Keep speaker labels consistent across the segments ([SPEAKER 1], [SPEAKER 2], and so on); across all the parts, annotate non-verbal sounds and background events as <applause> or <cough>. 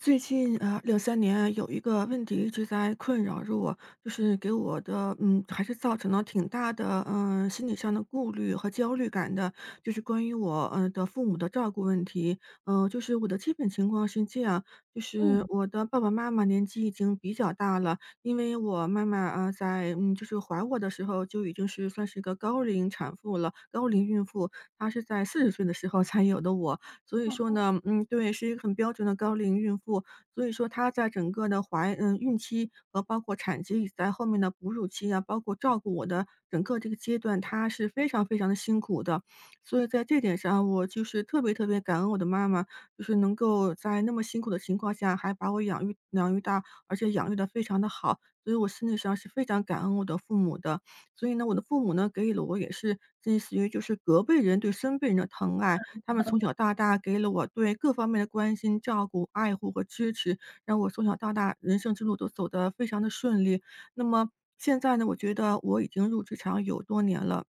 [SPEAKER 1] 最近啊两三年有一个问题一直在困扰着我，就是给我的还是造成了挺大的，心理上的顾虑和焦虑感的，就是关于我，的父母的照顾问题。就是我的基本情况是这样，就是
[SPEAKER 2] 嗯，
[SPEAKER 1] 我
[SPEAKER 2] <laughs>
[SPEAKER 1] 的爸爸妈妈年纪已经比较大了，因为我妈妈，在就是怀我的时候就已经是算是一个高龄产妇了，高龄孕妇，她是在40岁的时候才有的我。所以
[SPEAKER 2] 哦
[SPEAKER 1] 说
[SPEAKER 2] 哦，
[SPEAKER 1] 呢，对，是一个很标准的高龄孕妇。所以说她在整个的孕期和包括产期，以及在后面的哺乳期啊，包括照顾我的整个这个阶段，她是非常非常的辛苦的。所以在这点上，我就是特别特别感恩我的妈妈，就是能够在那么辛苦的情况下，还把我养育养育大，而且养育的非常的好。所以我心理上是非常感恩我的父母的。所以呢，我的父母呢，给予了我也是类似于就是隔辈人对孙辈人的疼爱，他们从小到大给了我对各方面的关心、照顾、爱护和支持，让我从小到大人生之路都走得非常的顺利。那么现在呢，我觉得我已经入职场有多年了，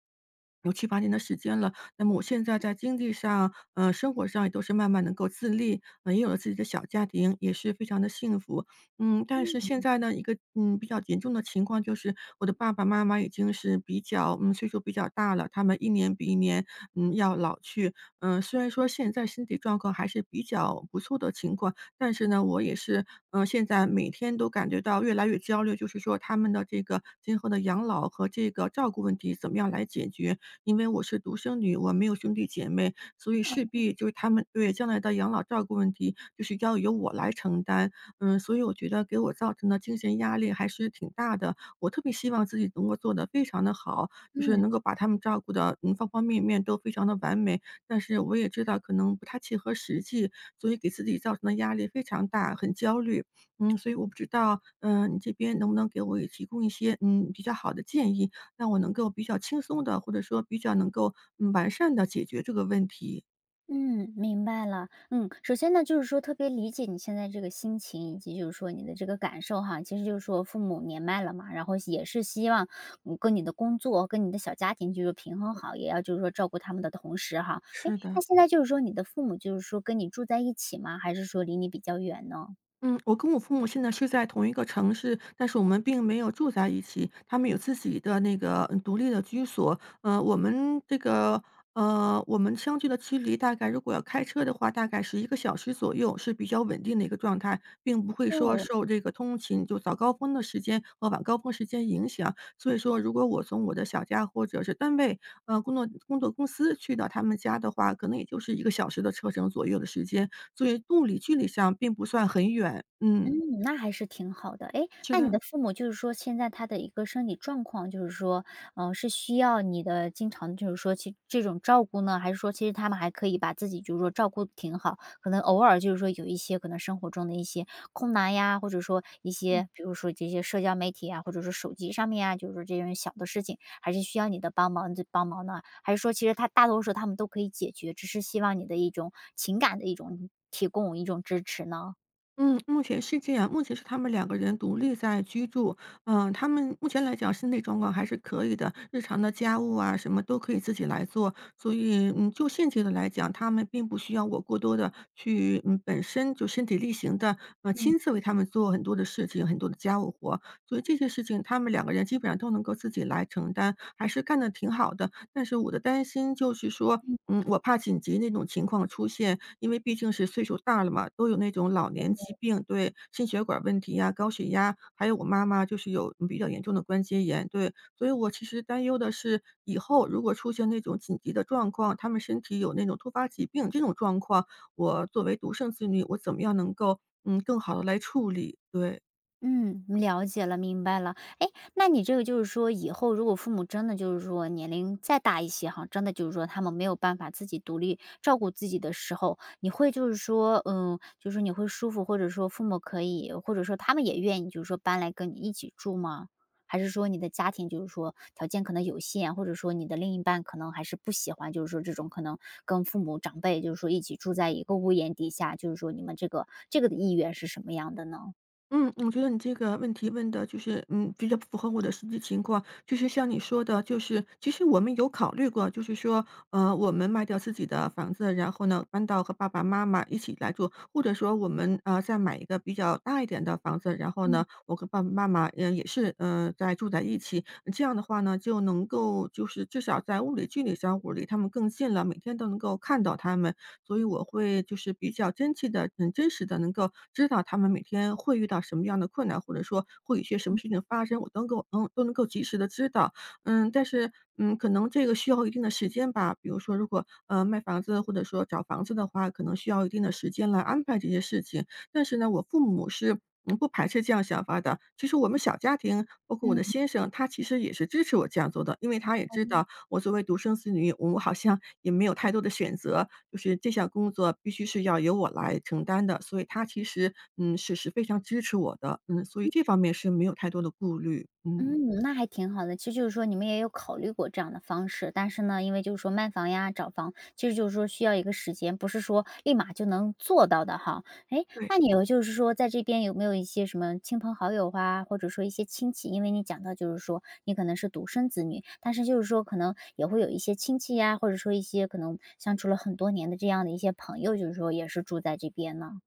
[SPEAKER 1] 有七八年的时间了。那么我现在在经济上，生活上也都是慢慢能够自立，也有了自己的小家庭，也是非常的幸福。但是现
[SPEAKER 2] 嗯，
[SPEAKER 1] 在呢，一个，比较严重的情况就是，我的爸爸妈妈已经是比较嗯，岁数比较大了，他们一年比一年，要老去。虽然说现在身体状况还是比较不错的情况，但是呢，我也是，现在每天都感觉到越来越焦虑，就是说他们的这个今后的养老和这个照顾问题怎么样来解决？因为我是独生女，我没有兄弟姐妹，所以势
[SPEAKER 2] 哦，
[SPEAKER 1] 必就是他们对将来的养老照顾问题，就是要由我来承担。所以我觉得给我造成的精神压力还是挺大的。我特别希望自己能够做得非常的好，就是
[SPEAKER 2] 嗯
[SPEAKER 1] 能够把他们照顾的，方方面面都非常的完美。但是我也知道可能不太切合实际，所以给自己造成的压力非常大，很焦虑。所以我不知道，你这边能不能给我也提供一些，比较好的建议，让我能够比较轻松的，或者说比较能够，完善的解决这个问题。
[SPEAKER 2] 嗯，明白了。嗯，首先呢，就是说特别理解你现在这个心情，以及就是说你的这个感受哈。其实就是说父母年迈了嘛，然后也是希望跟你的工作、跟你的小家庭就是平衡好，也要就是说照顾他们的同时哈。哎，
[SPEAKER 1] 是
[SPEAKER 2] 那
[SPEAKER 1] 的。
[SPEAKER 2] 现在就是说你的父母就是说跟你住在一起吗？还是说离你比较远呢？
[SPEAKER 1] 嗯，我跟我父母现在是在同一个城市，但是我们并没有住在一起。他们有自己的那个独立的居所。我们相距的距离大概如果要开车的话，大概是一个小时左右，是比较稳定的一个状态，并不会说
[SPEAKER 2] 哦，
[SPEAKER 1] 受这个通勤就早高峰的时间和晚高峰时间影响。所以说，如果我从我的小家或者是单位，工作公司去到他们家的话，可能也就是一个小时的车程左右的时间。所以物理距离上并不算很远。嗯，
[SPEAKER 2] 嗯，那还是挺好的。哎，
[SPEAKER 1] 是
[SPEAKER 2] 那你
[SPEAKER 1] 的，
[SPEAKER 2] 的父母就是说现在他的一个身体状况，就是说，嗯，是需要你的经常就是说去这种照顾呢，还是说其实他们还可以把自己就是说照顾得挺好，可能偶尔就是说有一些可能生活中的一些困难呀，或者说一
[SPEAKER 1] 嗯
[SPEAKER 2] 些比如说这些社交媒体啊，或者是手机上面啊，就是说这种小的事情，还是需要你的帮忙呢？还是说其实他大多数他们都可以解决，只是希望你的一种情感的一种提供一种支持呢？
[SPEAKER 1] 嗯，目前是这样，目前是他们两个人独立在居住。他们目前来讲身体状况还是可以的，日常的家务啊什么都可以自己来做。所以，就现阶段来讲，他们并不需要我过多的去，本身就身体力行的，
[SPEAKER 2] 嗯。
[SPEAKER 1] 亲自为他们做很多的事情，很多的家务活。所以这些事情他们两个人基本上都能够自己来承担，还是干的挺好的。但是我的担心就是说，我怕紧急那种情况出现，因为毕竟是岁数大了嘛，都有那种老年疾病，对，心血管问题呀、高血压，还有我妈妈就是有比较严重的关节炎，对，所以我其实担忧的是，以后如果出现那种紧急的状况，他们身体有那种突发疾病这种状况，我作为独生子女，我怎么样能够更好的来处理？对。
[SPEAKER 2] 嗯，了解了，明白了。诶，那你这个就是说，以后如果父母真的就是说年龄再大一些哈，真的就是说他们没有办法自己独立照顾自己的时候，你会就是说，嗯，就是说你会舒服，或者说父母可以，或者说他们也愿意，就是说搬来跟你一起住吗？还是说你的家庭就是说条件可能有限，或者说你的另一半可能还是不喜欢，就是说这种可能跟父母长辈就是说一起住在一个屋檐底下，就是说你们这个的意愿是什么样的呢？
[SPEAKER 1] 嗯，我觉得你这个问题问的就是，比较符合我的实际情况。就是像你说的，就是其实我们有考虑过，就是说，我们卖掉自己的房子，然后呢，搬到和爸爸妈妈一起来住，或者说我们再买一个比较大一点的房子，然后呢，
[SPEAKER 2] 嗯
[SPEAKER 1] 我跟爸爸妈妈也是在住在一起，这样的话呢，就能够就是至少在物理距离上，我离他们更近了，每天都能够看到他们，所以我会就是比较真切的，很真实的能够知道他们每天会遇到什么样的困难，或者说会有些什么事情发生，我都能够及时的知道。但是，可能这个需要一定的时间吧，比如说如果，卖房子或者说找房子的话，可能需要一定的时间来安排这些事情。但是呢，我父母是，不排斥这样想法的。其实我们小家庭，包括我的
[SPEAKER 2] 嗯。
[SPEAKER 1] 先生，他其实也是支持我这样做的，因为他也知
[SPEAKER 2] 哦，
[SPEAKER 1] 道我作为独生子女，我好像也没有太多的选择，就是这项工作必须是要由我来承担的，所以他其实，是非常支持我的，所以这方面是没有太多的顾虑，
[SPEAKER 2] 嗯，那还挺好的。其实就是说你们也有考虑过这样的方式，但是呢，因为就是说卖房呀、找房，其实就是说需要一个时间，不是说立马就能做到的哈。哎，
[SPEAKER 1] 对。
[SPEAKER 2] 那你有就是说在这边有没有一些什么亲朋好友啊，或者说一些亲戚？因为你讲到就是说你可能是独生子女，但是就是说可能也会有一些亲戚呀，或者说一些可能相处了很多年的这样的一些朋友，就是说也是住在这边呢。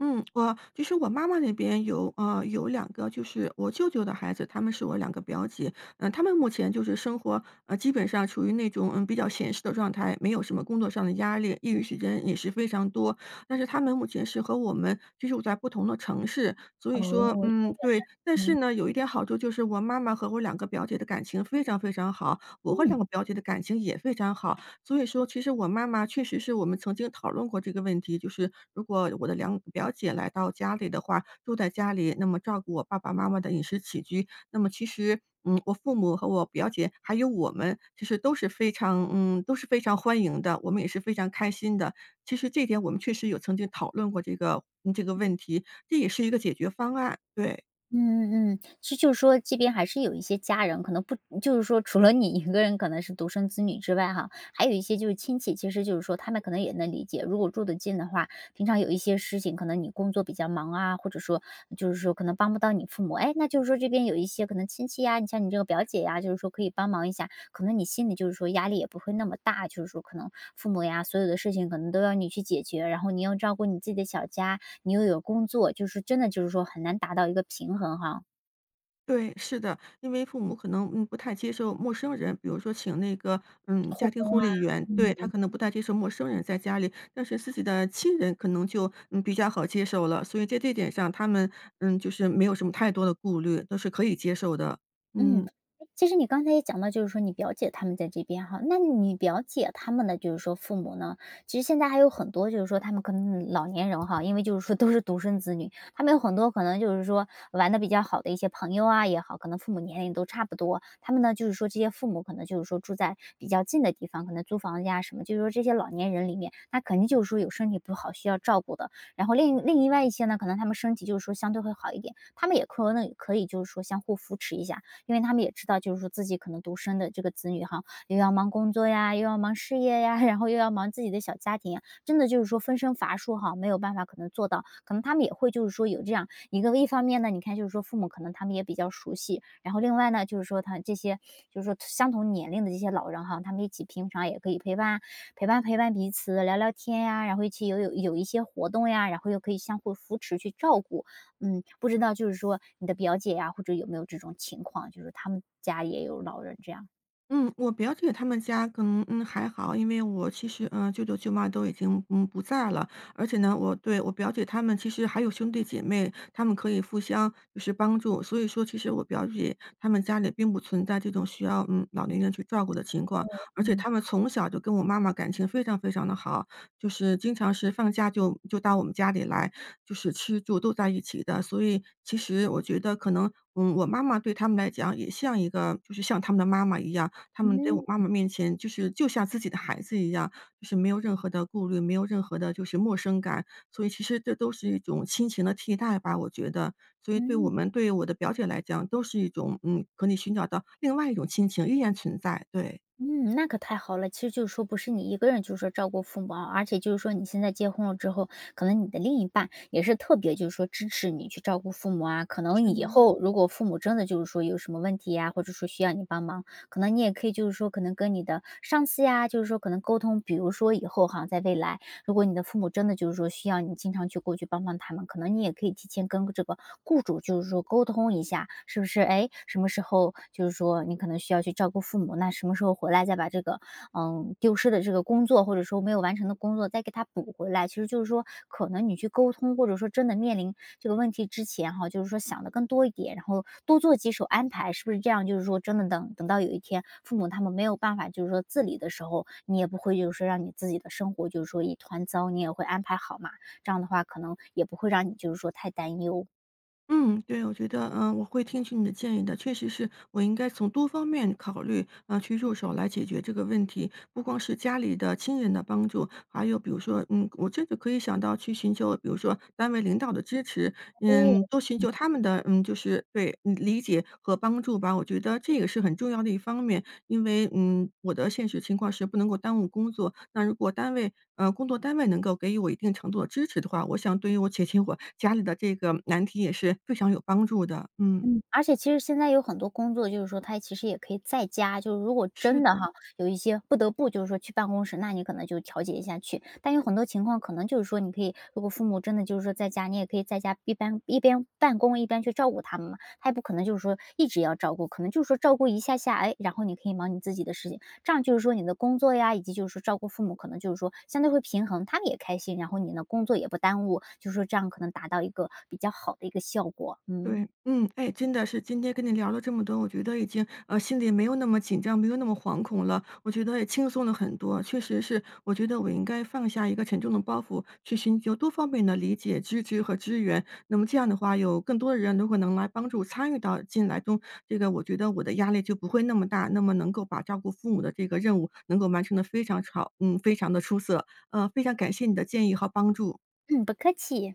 [SPEAKER 1] 嗯，我其实我妈妈那边有两个就是我舅舅的孩子，他们是我两个表姐。嗯，他们目前就是生活，基本上处于那种，比较闲适的状态，没有什么工作上的压力，业余时间也是非常多。但是他们目前是和我们居住在不同的城市，所以说
[SPEAKER 2] 哦，
[SPEAKER 1] 对。但是
[SPEAKER 2] 嗯
[SPEAKER 1] 呢，有一点好处就是我妈妈和我两个表姐的感情非常非常好，我和两
[SPEAKER 2] 嗯。
[SPEAKER 1] 个表姐的感情也非常好。所以说其实我妈妈确实是我们曾经讨论过这个问题，就是如果我的两表姐来到家里的话，住在家里，那么照顾我爸爸妈妈的饮食起居，那么其实，我父母和我表姐还有我们，其实都是非常欢迎的，我们也是非常开心的。其实这点我们确实有曾经讨论过这个问题，这也是一个解决方案，对。
[SPEAKER 2] 嗯嗯嗯，其实就是说这边还是有一些家人，可能不就是说除了你一个人可能是独生子女之外哈，还有一些就是亲戚，其实就是说他们可能也能理解，如果住得近的话，平常有一些事情可能你工作比较忙啊，或者说就是说可能帮不到你父母，哎，那就是说这边有一些可能亲戚呀，你像你这个表姐呀，就是说可以帮忙一下，可能你心里就是说压力也不会那么大，就是说可能父母呀所有的事情可能都要你去解决，然后你要照顾你自己的小家，你又有工作，就是真的就是说很难达到一个平衡哈。
[SPEAKER 1] 对，是的，因为父母可能，不太接受陌生人，比如说请那个，家庭护理员，对，他
[SPEAKER 2] 嗯，
[SPEAKER 1] 可能不太接受陌生人在家里，但是自己的亲人可能就，比较好接受了，所以在这点上，他们，就是没有什么太多的顾虑，都是可以接受的。
[SPEAKER 2] 嗯，诶，
[SPEAKER 1] 嗯。
[SPEAKER 2] 其实你刚才也讲到，就是说你表姐他们在这边哈，那你表姐他们的就是说父母呢，其实现在还有很多就是说他们可能老年人哈，因为就是说都是独生子女，他们有很多可能就是说玩的比较好的一些朋友啊也好，可能父母年龄都差不多，他们呢就是说这些父母可能就是说住在比较近的地方，可能租房子呀什么，就是说这些老年人里面，那肯定就是说有身体不好需要照顾的，然后另外一些呢，可能他们身体就是说相对会好一点，他们也可能可以就是说相互扶持一下，因为他们也知道，就是说自己可能独生的这个子女哈，又要忙工作呀，又要忙事业呀，<laughs> 然后又要忙自己的小家庭呀，真的就是说分身乏术哈，没有办法可能做到，可能他们也会就是说有这样一个，一方面呢，你看就是说父母可能他们也比较熟悉，然后另外呢就是说他这些就是说相同年龄的这些老人哈，他们一起平常也可以陪伴陪伴彼此聊聊天呀，然后一起有有一些活动呀，然后又可以相互扶持去照顾，嗯，不知道就是说你的表姐呀，或者有没有这种情况，就是他们家也有老人这样？
[SPEAKER 1] 嗯，我表姐他们家可能，还好，因为我其实，舅舅舅妈都已经，不在了，而且呢，我对我表姐他们其实还有兄弟姐妹，他们可以互相就是帮助，所以说其实我表姐他们家里并不存在这种需要，老年人去照顾的情况，而且
[SPEAKER 2] 嗯，
[SPEAKER 1] 他们从小就跟我妈妈感情非常非常的好，就是经常是放假就到我们家里来，就是吃住都在一起的，所以其实我觉得可能，我妈妈对他们来讲也像一个就是像他们的妈妈一样，他们在我妈
[SPEAKER 2] 嗯，
[SPEAKER 1] 妈面前就是就像自己的孩子一样，就是没有任何的顾虑，没有任何的就是陌生感，所以其实这都是一种亲情的替代吧，我觉得。所以对我
[SPEAKER 2] 嗯，
[SPEAKER 1] 们对我的表姐来讲，都是一种，可以寻找到另外一种亲情依然存在，对，
[SPEAKER 2] 嗯，那可太好了。其实就是说不是你一个人就是说照顾父母啊，而且就是说你现在结婚了之后，可能你的另一半也是特别就是说支持你去照顾父母啊。可能
[SPEAKER 1] 是
[SPEAKER 2] 以
[SPEAKER 1] 的。
[SPEAKER 2] 后如果父母真的就是说有什么问题呀，或者说需要你帮忙，可能你也可以就是说可能跟你的上司呀，就是说可能沟通，比如说以后哈，在未来如果你的父母真的就是说需要你经常去过去帮帮他们，可能你也可以提前跟这个雇主就是说沟通一下，是不是？哎，什么时候就是说你可能需要去照顾父母，那什么时候回来再把这个丢失的这个工作，或者说没有完成的工作再给他补回来。其实就是说，可能你去沟通，或者说真的面临这个问题之前哈，就是说想的更多一点，然后多做几手安排，是不是这样？就是说真的等到有一天父母他们没有办法就是说自理的时候，你也不会就是说让你自己的生活就是说一团糟，你也会安排好嘛。这样的话可能也不会让你就是说太担忧。
[SPEAKER 1] 嗯，对，我觉得，我会听取你的建议的。确实是我应该从多方面考虑，去入手来解决这个问题。不光是家里的亲人的帮助，还有比如说，我真的可以想到去寻求，比如说单位领导的支持，
[SPEAKER 2] 对，
[SPEAKER 1] 多寻求他们的就是对，理解和帮助吧，我觉得这个是很重要的一方面。因为，我的现实情况是不能够耽误工作，那如果工作单位能够给予我一定程度的支持的话，我想对于我解决我家里的这个难题也是非常有帮助的。嗯，
[SPEAKER 2] 嗯，而且其实现在有很多工作，就是说他其实也可以在家，就是如果
[SPEAKER 1] 是
[SPEAKER 2] 真的
[SPEAKER 1] 的。
[SPEAKER 2] 哈，有一些不得不就是说去办公室，那你可能就调节一下去。但有很多情况可能就是说，你可以如果父母真的就是说在家，你也可以在家一边办公一边去照顾他们嘛，他也不可能就是说一直要照顾，可能就是说照顾一下下，哎，然后你可以忙你自己的事情，这样就是说你的工作呀，以及就是说照顾父母，可能就是说相对会平衡，他们也开心，然后你的工作也不耽误，就是说这样可能达到一个比较好的一个效果，
[SPEAKER 1] 对，
[SPEAKER 2] 嗯。
[SPEAKER 1] 哎，真的是今天跟你聊了这么多，我觉得已经心里没有那么紧张，没有那么惶恐了，我觉得也轻松了很多。确实是，我觉得我应该放下一个沉重的包袱，去寻求多方面的理解、支持和支援。那么这样的话，有更多的人如果能来帮助参与到进来中，这个我觉得我的压力就不会那么大，那么能够把照顾父母的这个任务能够完成的非常好，非常的出色。非常感谢你的建议和帮助。
[SPEAKER 2] 嗯，不客气。